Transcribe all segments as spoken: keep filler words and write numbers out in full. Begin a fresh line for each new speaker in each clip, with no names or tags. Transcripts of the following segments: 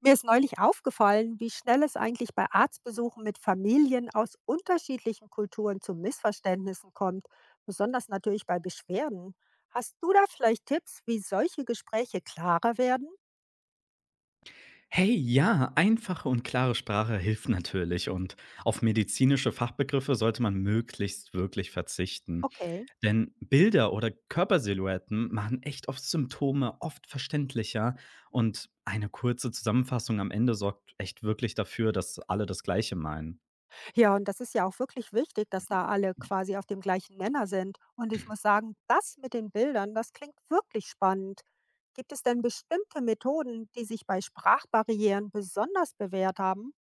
Mir ist neulich aufgefallen, wie schnell es eigentlich bei Arztbesuchen mit Familien aus unterschiedlichen Kulturen zu Missverständnissen kommt, besonders natürlich bei Beschwerden. Hast du da vielleicht Tipps, wie solche Gespräche klarer werden?
Hey, ja, einfache und klare Sprache hilft natürlich und auf medizinische Fachbegriffe sollte man möglichst wirklich verzichten.
Okay.
Denn Bilder oder Körpersilhouetten machen echt oft Symptome oft verständlicher und eine kurze Zusammenfassung am Ende sorgt echt wirklich dafür, dass alle das Gleiche meinen.
Ja, und das ist ja auch wirklich wichtig, dass da alle quasi auf dem gleichen Nenner sind. Und ich muss sagen, das mit den Bildern, das klingt wirklich spannend. Gibt es denn bestimmte Methoden, die sich bei Sprachbarrieren besonders bewährt haben?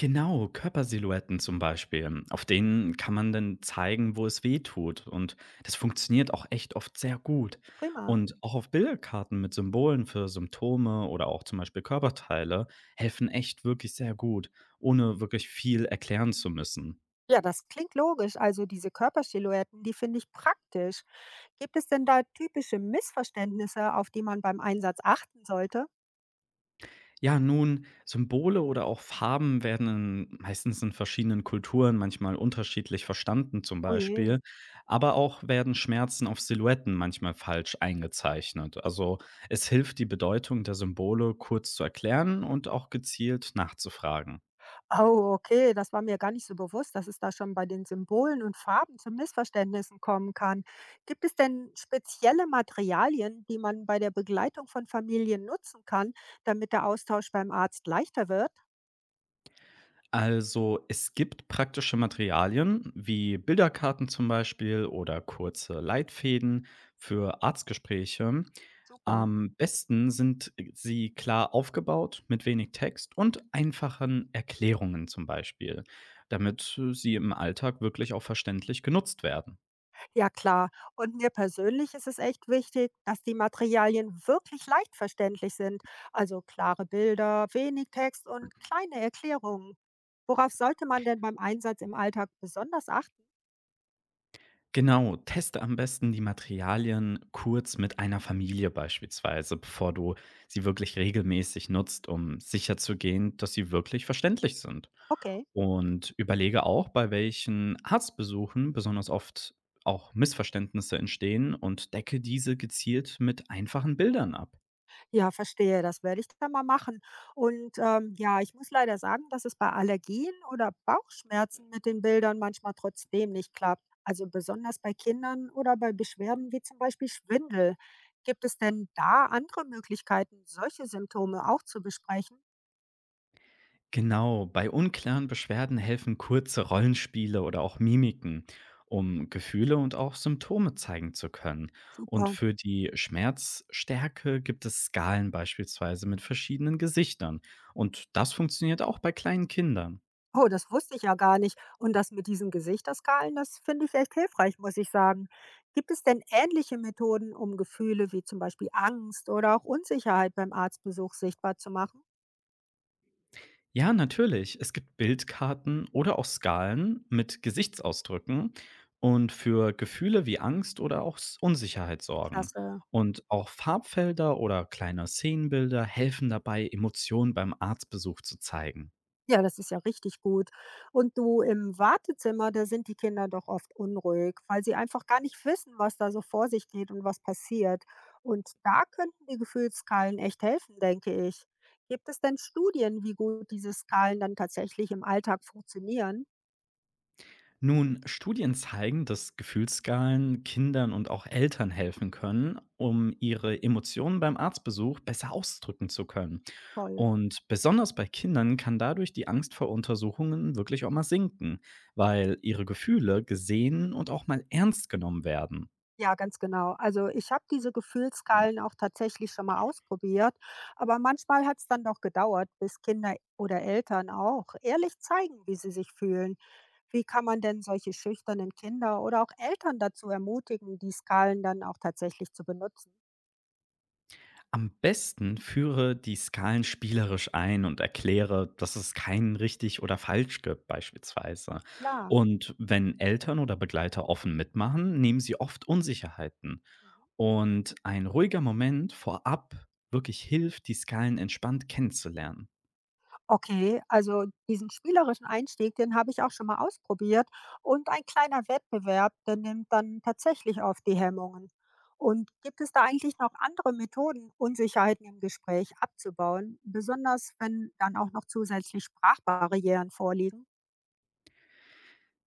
Genau, Körpersilhouetten zum Beispiel. Auf denen kann man dann zeigen, wo es weh tut. Und das funktioniert auch echt oft sehr gut.
Prima.
Und auch auf Bilderkarten mit Symbolen für Symptome oder auch zum Beispiel Körperteile helfen echt wirklich sehr gut, ohne wirklich viel erklären zu müssen.
Ja, das klingt logisch. Also diese Körpersilhouetten, die finde ich praktisch. Gibt es denn da typische Missverständnisse, auf die man beim Einsatz achten sollte?
Ja, nun, Symbole oder auch Farben werden in, meistens in verschiedenen Kulturen manchmal unterschiedlich verstanden, zum
Oh
Beispiel.
je.
Aber auch werden Schmerzen auf Silhouetten manchmal falsch eingezeichnet. Also es hilft, die Bedeutung der Symbole kurz zu erklären und auch gezielt nachzufragen.
Oh, okay, das war mir gar nicht so bewusst, dass es da schon bei den Symbolen und Farben zu Missverständnissen kommen kann. Gibt es denn spezielle Materialien, die man bei der Begleitung von Familien nutzen kann, damit der Austausch beim Arzt leichter wird?
Also, es gibt praktische Materialien wie Bilderkarten zum Beispiel oder kurze Leitfäden für Arztgespräche.
Super.
Am besten sind sie klar aufgebaut mit wenig Text und einfachen Erklärungen zum Beispiel, damit sie im Alltag wirklich auch verständlich genutzt werden.
Ja klar, und mir persönlich ist es echt wichtig, dass die Materialien wirklich leicht verständlich sind. Also klare Bilder, wenig Text und kleine Erklärungen. Worauf sollte man denn beim Einsatz im Alltag besonders achten?
Genau, teste am besten die Materialien kurz mit einer Familie beispielsweise, bevor du sie wirklich regelmäßig nutzt, um sicherzugehen, dass sie wirklich verständlich sind.
Okay.
Und überlege auch, bei welchen Arztbesuchen besonders oft auch Missverständnisse entstehen und decke diese gezielt mit einfachen Bildern ab.
Ja, verstehe, das werde ich dann mal machen. Und ähm, ja, ich muss leider sagen, dass es bei Allergien oder Bauchschmerzen mit den Bildern manchmal trotzdem nicht klappt. Also besonders bei Kindern oder bei Beschwerden wie zum Beispiel Schwindel. Gibt es denn da andere Möglichkeiten, solche Symptome auch zu besprechen?
Genau, bei unklaren Beschwerden helfen kurze Rollenspiele oder auch Mimiken, um Gefühle und auch Symptome zeigen zu können. Und
Super.
für die Schmerzstärke gibt es Skalen beispielsweise mit verschiedenen Gesichtern. Und das funktioniert auch bei kleinen Kindern.
Oh, das wusste ich ja gar nicht. Und das mit diesen Gesichterskalen, das finde ich echt hilfreich, muss ich sagen. Gibt es denn ähnliche Methoden, um Gefühle wie zum Beispiel Angst oder auch Unsicherheit beim Arztbesuch sichtbar zu machen?
Ja, natürlich. Es gibt Bildkarten oder auch Skalen mit Gesichtsausdrücken und für Gefühle wie Angst oder auch S- Unsicherheit sorgen.
Klasse.
Und auch Farbfelder oder kleine Szenenbilder helfen dabei, Emotionen beim Arztbesuch zu zeigen.
Ja, das ist ja richtig gut. Und du im Wartezimmer, da sind die Kinder doch oft unruhig, weil sie einfach gar nicht wissen, was da so vor sich geht und was passiert. Und da könnten die Gefühlsskalen echt helfen, denke ich. Gibt es denn Studien, wie gut diese Skalen dann tatsächlich im Alltag funktionieren?
Nun, Studien zeigen, dass Gefühlsskalen Kindern und auch Eltern helfen können, um ihre Emotionen beim Arztbesuch besser ausdrücken zu können.
Toll.
Und besonders bei Kindern kann dadurch die Angst vor Untersuchungen wirklich auch mal sinken, weil ihre Gefühle gesehen und auch mal ernst genommen werden.
Ja, ganz genau. Also ich habe diese Gefühlskalen auch tatsächlich schon mal ausprobiert, aber manchmal hat es dann doch gedauert, bis Kinder oder Eltern auch ehrlich zeigen, wie sie sich fühlen. Wie kann man denn solche schüchternen Kinder oder auch Eltern dazu ermutigen, die Skalen dann auch tatsächlich zu benutzen?
Am besten führe die Skalen spielerisch ein und erkläre, dass es keinen richtig oder falsch gibt beispielsweise.
Klar.
Und wenn Eltern oder Begleiter offen mitmachen, nehmen sie oft Unsicherheiten.
Mhm.
Und ein ruhiger Moment vorab wirklich hilft, die Skalen entspannt kennenzulernen.
Okay, also diesen spielerischen Einstieg, den habe ich auch schon mal ausprobiert. Und ein kleiner Wettbewerb, der nimmt dann tatsächlich auf die Hemmungen. Und gibt es da eigentlich noch andere Methoden, Unsicherheiten im Gespräch abzubauen, besonders wenn dann auch noch zusätzlich Sprachbarrieren vorliegen?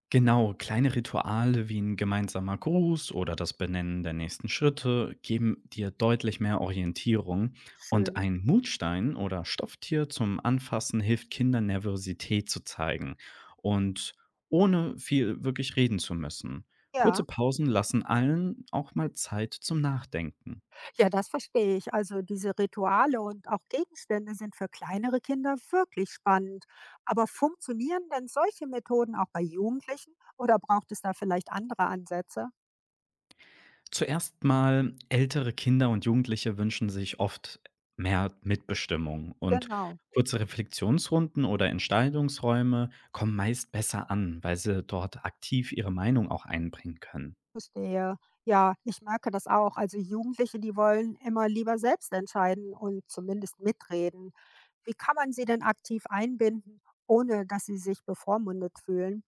Genau, kleine Rituale wie ein gemeinsamer Gruß oder das Benennen der nächsten Schritte geben dir deutlich mehr Orientierung und
Schön,
ein Mutstein oder Stofftier zum Anfassen hilft Kindern Nervosität zu zeigen und ohne viel wirklich reden zu müssen. Kurze
ja.
Pausen lassen allen auch mal Zeit zum Nachdenken.
Ja, das verstehe ich. Also diese Rituale und auch Gegenstände sind für kleinere Kinder wirklich spannend. Aber funktionieren denn solche Methoden auch bei Jugendlichen oder braucht es da vielleicht andere Ansätze?
Zuerst mal, ältere Kinder und Jugendliche wünschen sich oft mehr Mitbestimmung und
Genau,
kurze Reflexionsrunden oder Entscheidungsräume kommen meist besser an, weil sie dort aktiv ihre Meinung auch einbringen können.
verstehe. Ja, ich merke das auch. Also Jugendliche, die wollen immer lieber selbst entscheiden und zumindest mitreden. Wie kann man sie denn aktiv einbinden, ohne dass sie sich bevormundet fühlen?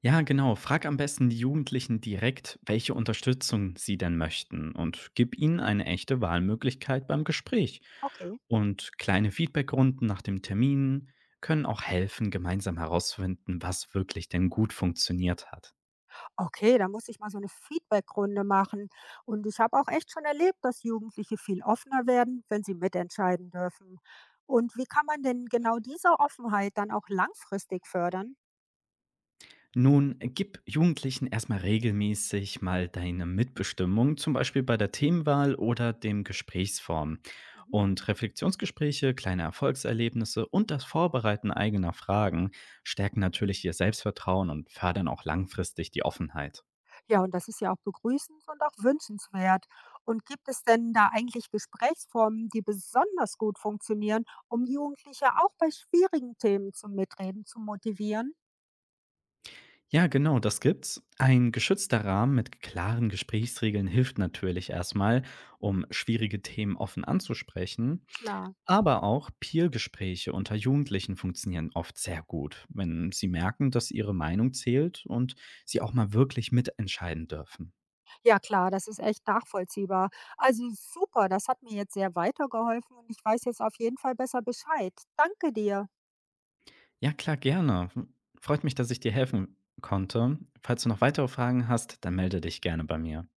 Ja, genau. Frag am besten die Jugendlichen direkt, welche Unterstützung sie denn möchten und gib ihnen eine echte Wahlmöglichkeit beim Gespräch.
Okay.
Und kleine Feedbackrunden nach dem Termin können auch helfen, gemeinsam herauszufinden, was wirklich denn gut funktioniert hat.
Okay, da muss ich mal so eine Feedbackrunde machen. Und ich habe auch echt schon erlebt, dass Jugendliche viel offener werden, wenn sie mitentscheiden dürfen. Und wie kann man denn genau diese Offenheit dann auch langfristig fördern?
Nun, gib Jugendlichen erstmal regelmäßig mal deine Mitbestimmung, zum Beispiel bei der Themenwahl oder dem Gesprächsform.
Mhm.
Und Reflexionsgespräche, kleine Erfolgserlebnisse und das Vorbereiten eigener Fragen stärken natürlich ihr Selbstvertrauen und fördern auch langfristig die Offenheit.
Ja, und das ist ja auch begrüßens und auch wünschenswert. Und gibt es denn da eigentlich Gesprächsformen, die besonders gut funktionieren, um Jugendliche auch bei schwierigen Themen zum Mitreden zu motivieren?
Ja, genau, das gibt's. Ein geschützter Rahmen mit klaren Gesprächsregeln hilft natürlich erstmal, um schwierige Themen offen anzusprechen.
Klar.
Aber auch Peer-Gespräche unter Jugendlichen funktionieren oft sehr gut, wenn sie merken, dass ihre Meinung zählt und sie auch mal wirklich mitentscheiden dürfen.
Ja klar, das ist echt nachvollziehbar. Also super, das hat mir jetzt sehr weitergeholfen und ich weiß jetzt auf jeden Fall besser Bescheid. Danke dir.
Ja, klar, gerne. Freut mich, dass ich dir helfen konnte. Falls du noch weitere Fragen hast, dann melde dich gerne bei mir.